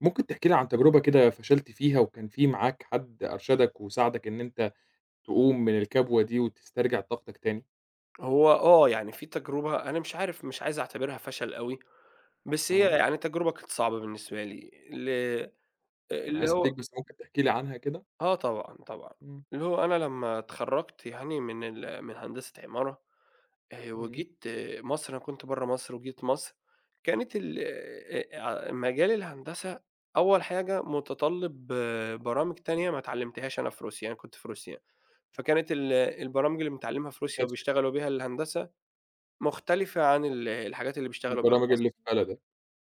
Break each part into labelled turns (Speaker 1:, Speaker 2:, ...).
Speaker 1: ممكن تحكي لي عن تجربة كده فشلت فيها وكان في معاك حد أرشدك وساعدك إن أنت تقوم من الكبوة دي وتسترجع طاقتك تاني؟
Speaker 2: هو آه، يعني في تجربة أنا مش عارف مش عايز أعتبرها فشل أوي، بس هي
Speaker 1: آه،
Speaker 2: يعني تجربة كانت صعبة بالنسبة لي ل
Speaker 1: أنا
Speaker 2: اللي
Speaker 1: آسف ليك
Speaker 2: هو
Speaker 1: بس ممكن تحكي لي عنها كده؟
Speaker 2: آه طبعًا، طبعًا.
Speaker 1: إمم.
Speaker 2: اللي هو أنا لمّا اتخرّجت يعني من هندسة عمارة
Speaker 1: إمم.
Speaker 2: وجيت مصر. أنا كنت برّه مصر وجيت مصر، كانت ال مجال الهندسة أول حاجة متطلِّب برامج تانية ما اتعلّمتهاش أنا في روسيا، أنا كنت في روسيا. فكانت البرامج اللي بنتعلّمها في
Speaker 1: ما
Speaker 2: روسيا
Speaker 1: كانش.
Speaker 2: وبيشتغلوا بيها الهندسة مختلفة عن الحاجات اللي بيشتغلوا بيها في
Speaker 1: البرامج
Speaker 2: مصر،
Speaker 1: اللي في بلدك.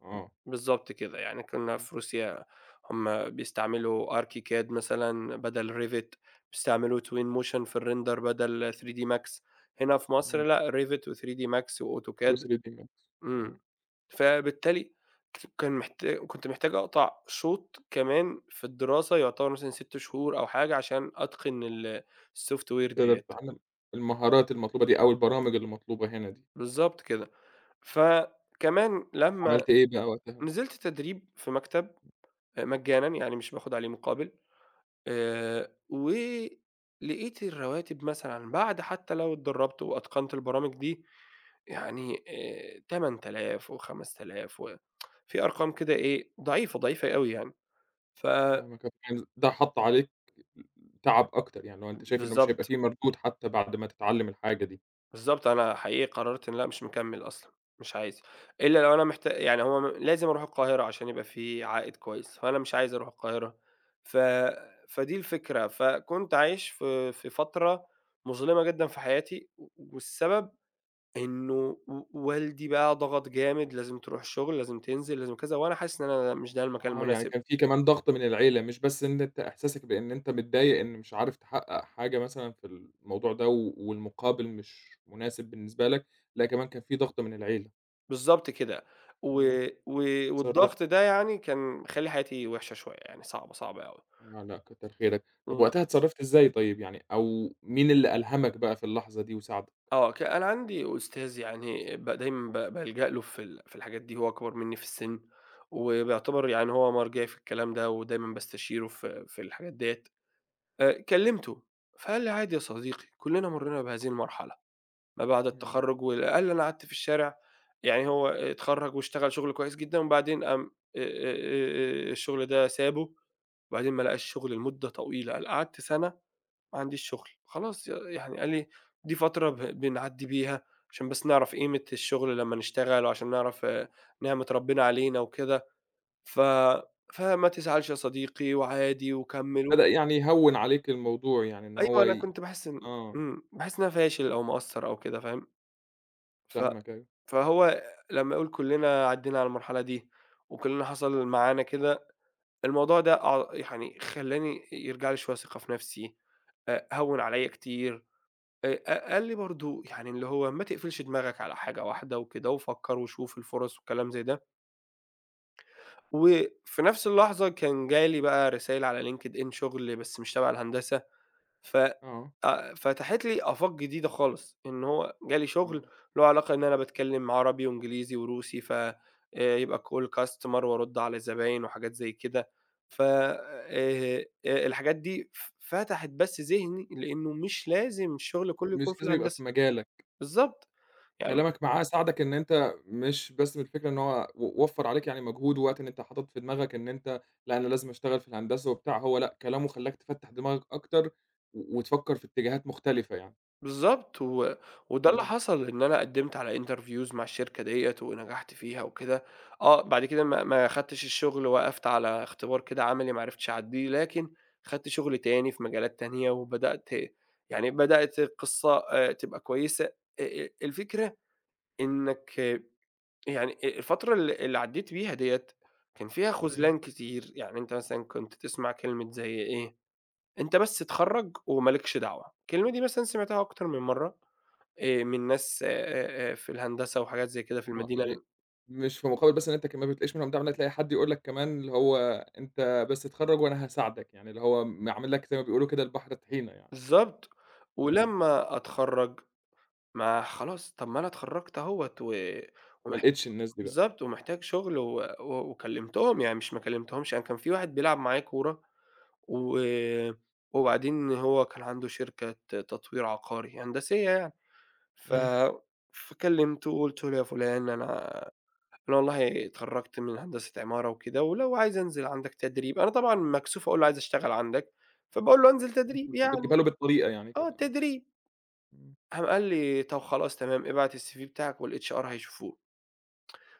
Speaker 1: آه.
Speaker 2: بالضبط كده، يعني كنا
Speaker 1: إمم.
Speaker 2: في روسيا هُم بيستعملوا ArchiCAD مثلًا بدل Revit، بيستعملوا twin motion في الrender بدل 3D Max، هنا في مصر
Speaker 1: إمم.
Speaker 2: لأ Revit و3D Max وAutoCAD.
Speaker 1: و3D Max. آه.
Speaker 2: إمم، فبالتالي ك كان محتا كنت محتاج أقطع شوط كمان في الدراسة يعتبر مثلًا 6 شهور أو حاجة عشان أتقن الsoftware
Speaker 1: تقدر
Speaker 2: ديّة،
Speaker 1: تتعلم المهارات المطلوبة دي أو البرامج اللي مطلوبة هنا دي.
Speaker 2: بالضبط كده، فكمان لمّا
Speaker 1: عملت إيه بقى وقتها؟
Speaker 2: نزلت تدريب في مكتب مجانًا، يعني مش باخد عليه مقابل، ولقيت الرواتب مثلًا بعد حتى لو اتدرّبت وأتقنت البرامج دي، يعني 8000 و5000 و في أرقام كده إيه، ضعيفة، ضعيفة أوي يعني. ف
Speaker 1: فاهمك آه، يعني ده حَط عليك تعب أكتر، يعني اللي هو أنت شايف إنه مش هيبقى
Speaker 2: بالضبط.
Speaker 1: في مردود حتى بعد ما تتعلم الحاجة دي.
Speaker 2: بالضبط، أنا حقيقي قررت إن لأ مش مكمّل أصلًا، مش عايز، إلا لو أنا محت يعني هو م لازم أروح القاهرة عشان يبقى في عائد كويس، فأنا مش عايز أروح القاهرة، ف فدي الفكرة، فكنت عايش في فترة مظلمة جدًا في حياتي، والسبب إنه والدي بقى ضغط جامد، لازم تروح شغل، لازم تنزل، لازم كذا، وأنا حاسس إن أنا مش ده المكان
Speaker 1: آه، يعني
Speaker 2: المناسب،
Speaker 1: كان في كمان ضغط من العيلة، مش بس إن أنت إحساسك بإن أنت متضايق إن مش عارف تحقق حاجة مثلًا في الموضوع ده، و والمقابل مش مناسب بالنسبة لك، لأ كمان كان في ضغط من العيلة.
Speaker 2: بالضبط كده، و
Speaker 1: إمم.
Speaker 2: و
Speaker 1: اتصرفت.
Speaker 2: والضغط ده يعني كان مخلّي حياتي وحشة شوية، يعني صعبة، صعبة أوي.
Speaker 1: آه، لأ كتر خيرك. طب
Speaker 2: إمم.
Speaker 1: وقتها اتصرفت إزاي طيب يعني، أو مين اللي ألهمك بقى في اللحظة دي وساعدك؟
Speaker 2: آه، ك أنا عندي أستاذ يعني ب دايمًا ب بالجأ له في الحاجات دي، هو أكبر منّي في السِن، وبيعتبر يعني هو مرجعي في الكلام ده، ودايمًا باستشيره في الحاجات ديّة. كلّمته فقال لي: "عادي يا صديقي، كلّنا مرّينا بهذه المرحلة ما بعد
Speaker 1: إمم.
Speaker 2: التخرُّج." وقال لي: "أنا قعدت في الشارع." يعني هو اتخرّج واشتغل شُغل كويس جدًا، وبعدين قام الشُغل ده سابه، وبعدين ما لقاش شُغل لمدة طويلة، قال: "قعدت سَنة ما عنديش شغل، خلاص ي يعني قال لي دي فترة ب بنعدّي بيها عشان بس نعرف قيمة الشغل لمّا نشتغل وعشان نعرف آه، نعمة ربنا علينا وكده، ف فما تزعلش يا صديقي وعادي وكمّل و."
Speaker 1: بدأ يعني يهوّن عليك الموضوع يعني إن
Speaker 2: أيوه،
Speaker 1: هو
Speaker 2: أنا كنت باحس إن
Speaker 1: آه.
Speaker 2: إمم، باحس إن أنا فاشل أو مقصّر أو كده فاهم، ف
Speaker 1: فاهمك أيوه.
Speaker 2: فهو لمّا يقول كلّنا عدّينا على المرحلة دي وكلّنا حصل معانا كده، الموضوع ده أع يعني خلّاني يرجع لي شوية ثقة في نفسي، هوّن عليّا كتير. ق قال لي برضه يعني اللي هو ما تقفلش دماغك على حاجة واحدة وكده، وفكّر وشوف الفُرَص وكلام زي ده، وفي نفس اللحظة كان جالي بقى رسايل على LinkedIn شغل بس مش تبع الهندسة، ف
Speaker 1: آه.
Speaker 2: فتحت لي آفاق جديدة خالص، إن هو جالي شغل
Speaker 1: آه.
Speaker 2: له علاقة إن أنا باتكلم عربي وإنجليزي وروسي، ف يبقى call customer وأرُد على زباين وحاجات زي كده، ف الحاجات دي ف فتحت بس ذهني لإنه مش لازم الشغل كلّه يكون
Speaker 1: مش
Speaker 2: في
Speaker 1: لازم يبقى في
Speaker 2: الهندسة.
Speaker 1: مجالك.
Speaker 2: بالضبط. يعني
Speaker 1: كلامك معاه ساعدك إن أنت مش بس من الفكرة إن هو و وفّر عليك يعني مجهود ووقت إن أنت حاطط في دماغك إن أنت لأ، أنا لازم أشتغل في الهندسة وبتاع، هو لأ، كلامه خلّاك تفتّح دماغك أكتر و وتفكّر في اتجاهات مختلفة يعني.
Speaker 2: بالضبط و وده اللي
Speaker 1: إمم.
Speaker 2: حصل، إن أنا قدّمت على interviews مع الشركة ديّة ونجحت فيها وكده، آه، بعد كده ما خدتش الشغل، وقفت على اختبار كده عملي ما عرفتش أعدّيه، لكن خدت شغل تاني في مجالات تانية وبدأت يعني بدأت القصة تبقى كويسة، الفكرة إنّك آه، يعني أ الفترة اللي عدّيت بيها ديّة كان فيها
Speaker 1: إمم.
Speaker 2: خُذلان كتير، يعني أنت مثلًا كنت تسمع كلمة زي إيه، أنت بس اتخرّج وما لكش دعوة، الكلمة دي مثلًا سمعتها أكتر من مرّة من ناس في الهندسة وحاجات زي كده في
Speaker 1: آه،
Speaker 2: المدينة
Speaker 1: يعني
Speaker 2: ال.
Speaker 1: مش في مقابل بس إن أنت كمان ما بتلاقيش منهم دعم، لأ، تلاقي حد يقول لك كمان اللي هو أنت بس اتخرّج وأنا هاساعدك، يعني اللي هو عامل لك زي ما بيقولوا كده البحر طحينة يعني.
Speaker 2: بالضبط،
Speaker 1: إمم.
Speaker 2: ولمّا أتخرّج ما خلاص طب ما أنا اتخرّجت أهوّة و
Speaker 1: ما
Speaker 2: ومح.
Speaker 1: لقيتش الناس دي بقى.
Speaker 2: بالضبط، ومحتاج شغل و و وكلّمتهم، يعني مش ما كلّمتهمش، أنا كان في واحد بيلعب معايا كورة و وبعدين هو كان عنده شركة تطوير عقاري هندسية يعني، ف
Speaker 1: إمم.
Speaker 2: فكلّمته وقُلت له: "يا فُلان أنا أنا والله اتخرّجت من هندسة عمارة وكده، ولو عايز أنزل عندك تدريب." أنا طبعًا مكسوف أقول له عايز أشتغل عندك، فباقول له أنزل تدريب يعني،
Speaker 1: بتجيبها له بالطريقة يعني
Speaker 2: آه
Speaker 1: كده آه.
Speaker 2: تدريب،
Speaker 1: إمم.
Speaker 2: قام قال لي: "طب خلاص تمام، ابعت الCV بتاعك والHR هيشوفوه."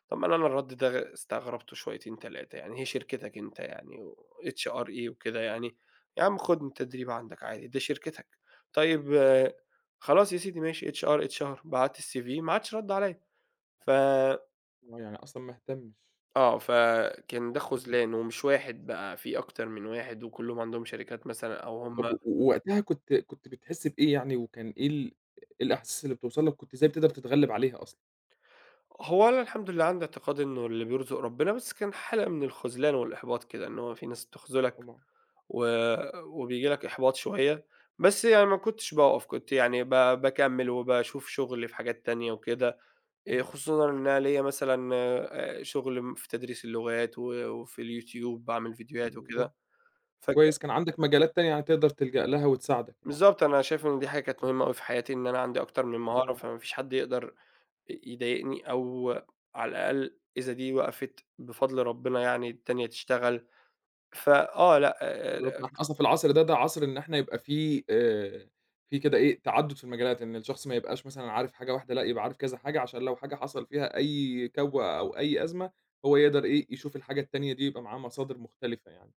Speaker 2: طبعًا أنا أنا الرد ده استغربته شويتين 3 يعني، هي شركتك أنت يعني وHR إيه وكده يعني، يا عم خُد التدريب عندك عادي دي شركتك. طيب آه، خلاص يا سيدي ماشي HR، HR بعت الCV ما عادش رَد عليَّ، ف
Speaker 1: هو يعني أصلًا ما اهتمش.
Speaker 2: آه، فكان ده
Speaker 1: إمم.
Speaker 2: خُذلان ومش واحد بقى، في أكتر من واحد وكلّهم عندهم شركات مثلًا أو هم.
Speaker 1: طب و ووقتها كنت بتحس بإيه يعني، وكان إيه إيه الأحاسيس اللي بتوصل لك، كنت إزاي بتقدر تتغلب عليها أصلًا؟
Speaker 2: هو أنا الحمد لله عندي اعتقاد إنه اللي بيرزق ربنا، بس كان حالة من الخُذلان والإحباط كده، إن هو في ناس بتخذلك
Speaker 1: طبعًا.
Speaker 2: و وبييجي لك إحباط شوية، بس يعني ما كنتش باقف، كنت يعني ب باكمّل وباشوف شُغل في حاجات تانية وكده، خصوصًا إن أنا ليّا مثلًا شُغل م في تدريس اللغات وفي اليوتيوب باعمل فيديوهات
Speaker 1: بالضبط،
Speaker 2: وكده، فك
Speaker 1: كويس كان عندك مجالات تانية يعني تقدر تلجأ لها وتساعدك
Speaker 2: بالضبط، أنا شايف إن دي حاجة كانت
Speaker 1: يعني.
Speaker 2: مهمة أوي في حياتي، إن أنا عندي أكتر من مهارة، فما فيش حد يقدر يضايقني أو على الأقل إذا دي وقفت بفضل ربنا يعني التانية تشتغل، فآه لأ،
Speaker 1: بالضبط،
Speaker 2: آه،
Speaker 1: إحنا أصلًا في العصر ده، ده عصر إن إحنا يبقى في كده إيه، تعدُّد في المجالات، إن الشخص ما يبقاش مثلًا عارف حاجة واحدة، لأ يبقى عارف كذا حاجة، عشان لو حاجة حصل فيها أي كَوّة أو أي أزمة، هو يقدر إيه، يشوف الحاجة التانية دي، يبقى معاه مصادر مختلفة يعني.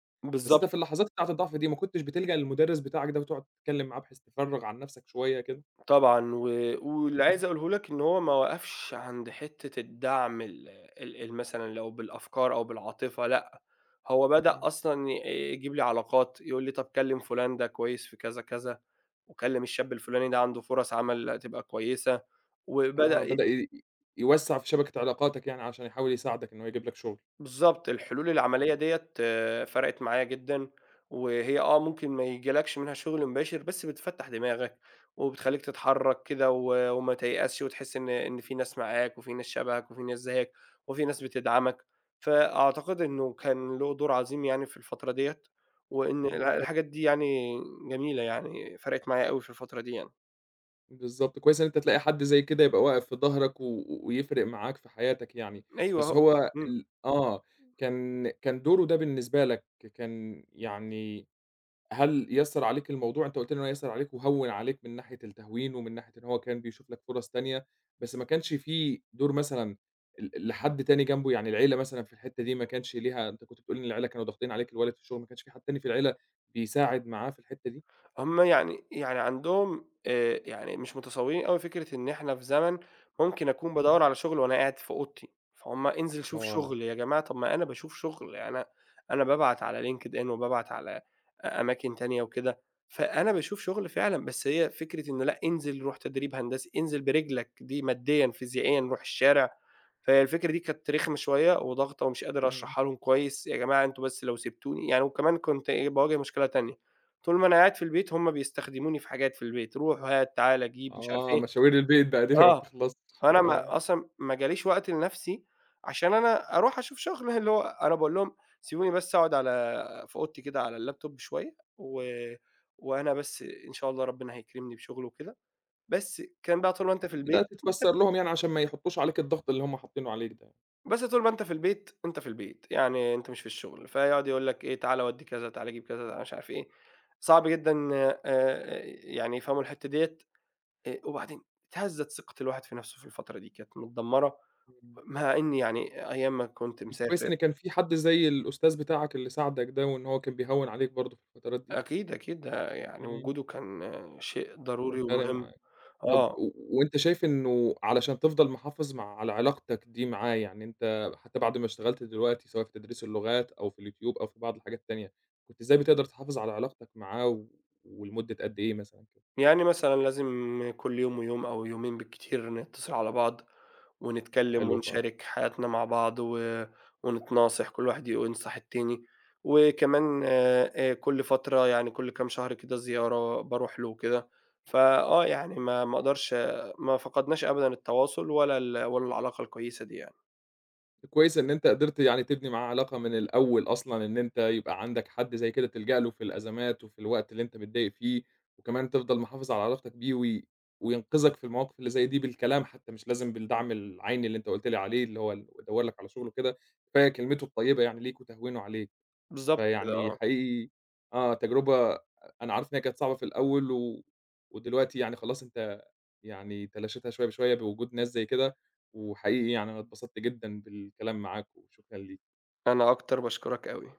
Speaker 1: بس أنت في
Speaker 2: بالضبط.
Speaker 1: اللحظات بتاعة الضعف دي، ما كنتش بتلجأ للمدرس بتاعك ده وتقعد تتكلم معاه بحيث تفرّغ عن نفسك شوية كده؟
Speaker 2: طبعًا، و واللي
Speaker 1: إمم.
Speaker 2: عايز أقوله لك إن هو ما وقفش عند حتّة الدعم ال مثلًا لو بالأفكار أو بالعاطفة لأ، هو بدأ
Speaker 1: إمم،
Speaker 2: أصلًا ي يجيب لي علاقات، يقول لي: "طَب كلّم فُلان ده كويس في كذا، كذا، وكلّم الشاب الفُلاني ده عنده فُرَص عمل هتبقى كويسة."
Speaker 1: آه،
Speaker 2: وبدأ.
Speaker 1: بدأ يوسّع في شبكة علاقاتك يعني، عشان يحاول يساعدك إن هو يجيب لك شغل.
Speaker 2: بالضبط، الحلول العملية ديّة فرقت معايا جدًا، وهي آه ممكن ما يجيلكش منها شغل مباشر، بس بتفتّح دماغك، وبتخلّيك تتحرّك كده و وما تيأسش، وتحس إن إن في ناس معاك، وفي ناس شبهك، وفي ناس زيّك، وفي ناس بتدعمك، فأعتقد إنه كان له دور عظيم يعني في الفترة ديّة، وإن الح
Speaker 1: ممتاز.
Speaker 2: الحاجات دي يعني جميلة يعني، فرقت معايا أوي في الفترة دي يعني.
Speaker 1: بالضبط، كويس إن أنت تلاقي حد زي كده يبقى واقف في ضهرك و ويفرق معاك في حياتك يعني،
Speaker 2: أيوه
Speaker 1: بس
Speaker 2: أهو،
Speaker 1: هو
Speaker 2: إمم.
Speaker 1: ال آه، كان دوره ده بالنسبة لك كان يعني. هل يَسّر عليك الموضوع؟ أنت قُلت لي إن هو يَسّر عليك وهوّن عليك من ناحية التهوين، ومن ناحية إن هو كان بيشوف لك فرص تانية، بس ما كانش في دور مثلًا لحد تاني جنبه، يعني العيلة مثلًا في الحتة دي ما كانش ليها أنت كنت بتقول إن العيلة كانوا ضاغطين عليك، الوالد في الشغل، ما كانش في حد تاني في العيلة بيساعد معاه في الحتة دي؟
Speaker 2: هم يعني يعني عندهم يعني مش متصورين أوي فكرة إن إحنا في زمن ممكن أكون
Speaker 1: اهم.
Speaker 2: بادوّر على شغل وأنا قاعد في أوضتي، فهُم انزل شوف
Speaker 1: آه.
Speaker 2: شغل يا جماعة طب ما أنا باشوف شغل، يعني أنا أنا بابعت على LinkedIn وبابعت على أماكن تانية وكده، فأنا باشوف شغل فعلًا، بس هي فكرة إنه لأ انزل روح تدريب هندسي، انزل برجلك دي ماديًا، فيزيائيًا، روح الشارع، فهي الفكرة دي كانت رخمة شوية وضاغطة ومش قادر
Speaker 1: إمم.
Speaker 2: أشرحها لهم كويس، يا جماعة أنتم بس لو سِبتوني يعني وكمان كنت إيه، باواجه مشكلة تانية، طول ما أنا قاعد في البيت هم بيستخدموني في حاجات في البيت، روح وهات، تعالَ، جيب، مش عارف
Speaker 1: آه،
Speaker 2: إيه،
Speaker 1: مشاوير البيت بقى دي اللي ما
Speaker 2: آه،
Speaker 1: بتخلصش،
Speaker 2: فأنا
Speaker 1: آه.
Speaker 2: ما أصلًا ما جاليش وقت لنَفْسي عشان أنا أروح أشوف شغل، اللي هو أنا باقول لهم سيبوني بس أقعد على في أوضتي كده على اللابتوب شوية و وأنا بس إن شاء الله ربنا هيكرمني بشغل وكده، بس الكلام بقى طول ما أنت في البيت.
Speaker 1: ده تتفسّر لهم يعني عشان ما يحطّوش عليك الضغط اللي هُم حاطّينه عليك ده.
Speaker 2: بس طول ما أنت في البيت، أنت في البيت، يعني أنت مش في الشغل، فيقعد يقول لك إيه تعالَ ودّي كذا، تعالَ جيب كذا، تعالَ مش عارف إيه، صعب جدًا آآ يعني يفهموا الحتّة ديّة، وبعدين اتهزّت ثقة الواحد في نَفْسه في الفترة دي، كانت متدمّرة،
Speaker 1: إمم،
Speaker 2: مع إني يعني أيام ما كنت
Speaker 1: بس كويس
Speaker 2: مسافر.
Speaker 1: إن كان في حد زي الأستاذ بتاعك اللي ساعدك ده، وإن هو كان بيهوّن عليك برضه في الفترات دي.
Speaker 2: أكيد، أكيد ده يعني
Speaker 1: إمم،
Speaker 2: وجوده كان آه، شيء
Speaker 1: كان
Speaker 2: ضروري
Speaker 1: فارق
Speaker 2: ومهم،
Speaker 1: معاك. طب
Speaker 2: آه،
Speaker 1: و وأنت شايف إنه علشان تفضل محافظ مع على علاقتك دي معاه، يعني أنت حتى بعد ما اشتغلت دلوقتي سواء في تدريس اللغات أو في اليوتيوب أو في بعض الحاجات التانية، كنت إزاي بتقدر تحافظ على علاقتك معاه و ولمدة قد إيه مثلًا كده؟
Speaker 2: يعني مثلًا لازم كل يوم ويوم أو يومين بالكتير نتصل على بعض، ونتكلم
Speaker 1: حلو خالص.
Speaker 2: ونشارك حياتنا مع بعض و ونتناصح، كل واحد ينصح التاني، وكمان كل فترة يعني كل كام شهر كده زيارة باروح له وكده، فآه يعني ما أقدرش ما فقدناش أبدًا التواصل ولا ال ولا العلاقة الكويسة دي يعني،
Speaker 1: كويس إن أنت قدرت يعني تبني معاه علاقة من الأول أصلًا، إن أنت يبقى عندك حد زي كده تلجأ له في الأزمات وفي الوقت اللي أنت متضايق فيه، وكمان تفضل محافظ على علاقتك بيه وينقذك في المواقف اللي زي دي بالكلام حتى، مش لازم بالدعم العيني اللي أنت قُلت لي عليه، اللي هو ال "وادوّر لك على شغل" وكده، كفاية كلمته الطيبة يعني ليك وتهوينه عليك.
Speaker 2: بالضبط كده
Speaker 1: فيعني
Speaker 2: آه،
Speaker 1: حقيقي آه، تجربة أنا عارف إن هي كانت صعبة في الأول و ودلوقتي يعني خلاص أنت يعني تلاشيتها شوية بشوية بوجود ناس زي كده، وحقيقي يعني أنا اتبسطت جدًا بالكلام معاك وشكرًا ليك.
Speaker 2: أنا أكتر باشكرك أوي.